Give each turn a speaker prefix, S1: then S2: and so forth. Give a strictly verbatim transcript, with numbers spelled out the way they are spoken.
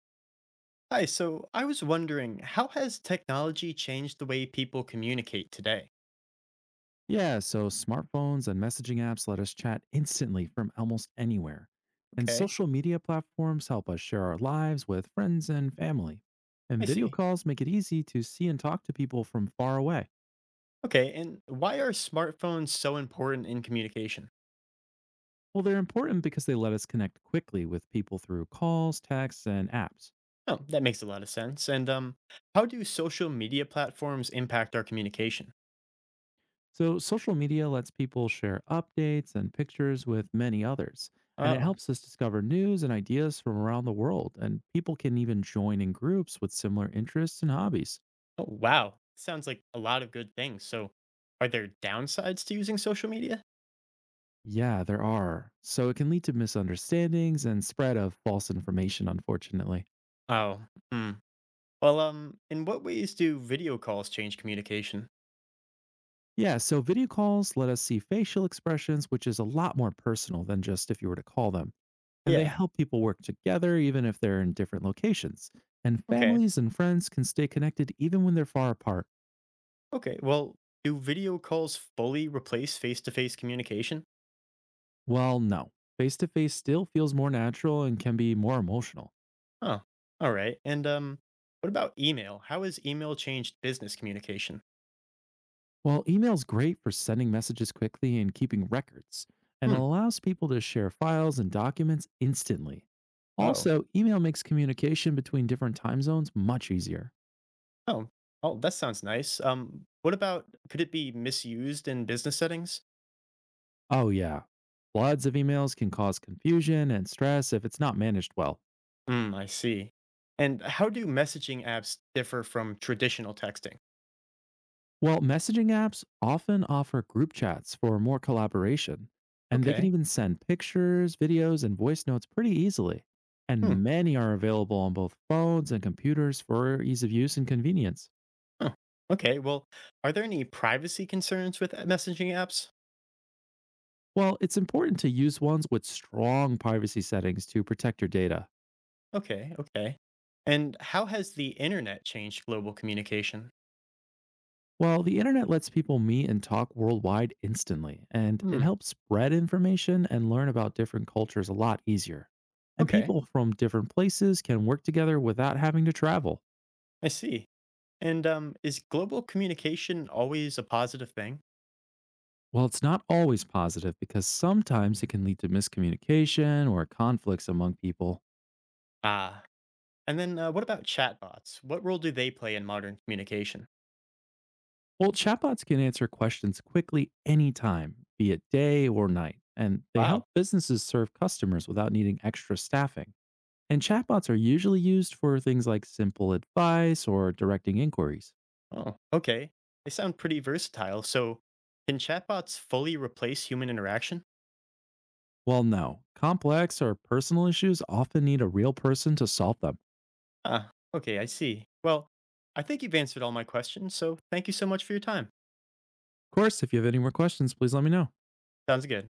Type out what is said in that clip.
S1: Hi, so I was wondering, how has technology changed the way people communicate today?
S2: Yeah, so smartphones and messaging apps let us chat instantly from almost anywhere. And
S1: Okay,
S2: social media platforms help us share our lives with friends and family.
S1: I
S2: And video
S1: see.
S2: calls make it easy to see and talk to people from far away.
S1: Okay, and why are smartphones so important in communication?
S2: Well, they're important because they let us connect quickly with people through calls, texts, and apps.
S1: Oh, that makes a lot of sense. And um, How do social media platforms impact our communication?
S2: So, social media lets people share updates and pictures with many others. And it
S1: Oh,
S2: helps us discover news and ideas from around the world. And people can even join in groups with similar interests and hobbies.
S1: oh wow. Sounds like a lot of good things. So, are there downsides to using social media?
S2: Yeah, there are. So it can lead to misunderstandings and spread of false information, unfortunately.
S1: Oh, hmm. Well, um, in what ways do video calls change communication?
S2: Yeah, so video calls let us see facial expressions, which is a lot more personal than just if you were to call them. And they
S1: Yeah,
S2: help people work together, even if they're in different locations. And
S1: okay.
S2: families and friends can stay connected even when they're far apart.
S1: Okay, well, do video calls fully replace face-to-face communication?
S2: Well, no. Face to face still feels more natural and can be more emotional.
S1: Huh. All right. And um what about email? How has email changed business communication?
S2: While email's great for sending messages quickly and keeping records, and
S1: Hmm.
S2: allows people to share files and documents instantly.
S1: Oh.
S2: Also, email makes communication between different time zones much easier.
S1: Oh. Oh, that sounds nice. Um what about could it be misused in business settings?
S2: Oh, yeah. Floods of emails can cause confusion and stress if it's not managed well.
S1: Hmm, I see. And how do messaging apps differ from traditional texting?
S2: Well, messaging apps often offer group chats for more collaboration, and they can
S1: Okay.
S2: even send pictures, videos, and voice notes pretty easily.
S1: Hmm.
S2: And many are available on both phones and computers for ease of use and convenience.
S1: Huh. Okay, well, are there any privacy concerns with messaging apps?
S2: Well, it's important to use ones with strong privacy settings to protect your data.
S1: Okay, okay. And how has the internet changed global communication?
S2: Well, the internet lets people meet and talk worldwide instantly, and it
S1: Hmm,
S2: helps spread information and learn about different cultures a lot easier. And
S1: okay,
S2: people from different places can work together without having to travel.
S1: I see. And um, Is global communication always a positive thing?
S2: Well, it's not always positive because sometimes it can lead to miscommunication or conflicts among people.
S1: Ah, and then uh, what about chatbots? What role do they play in modern communication?
S2: Well, chatbots can answer questions quickly anytime, be it day or night, and they
S1: Wow.
S2: help businesses serve customers without needing extra staffing. And chatbots are usually used for things like simple advice or directing inquiries.
S1: Oh, okay. They sound pretty versatile. So, can chatbots fully replace human interaction?
S2: Well, no, complex or personal issues often need a real person to solve them.
S1: Ah, okay, I see. Well, I think you've answered all my questions, so thank you so much for your time.
S2: Of course, if you have any more questions, please let me know.
S1: Sounds good.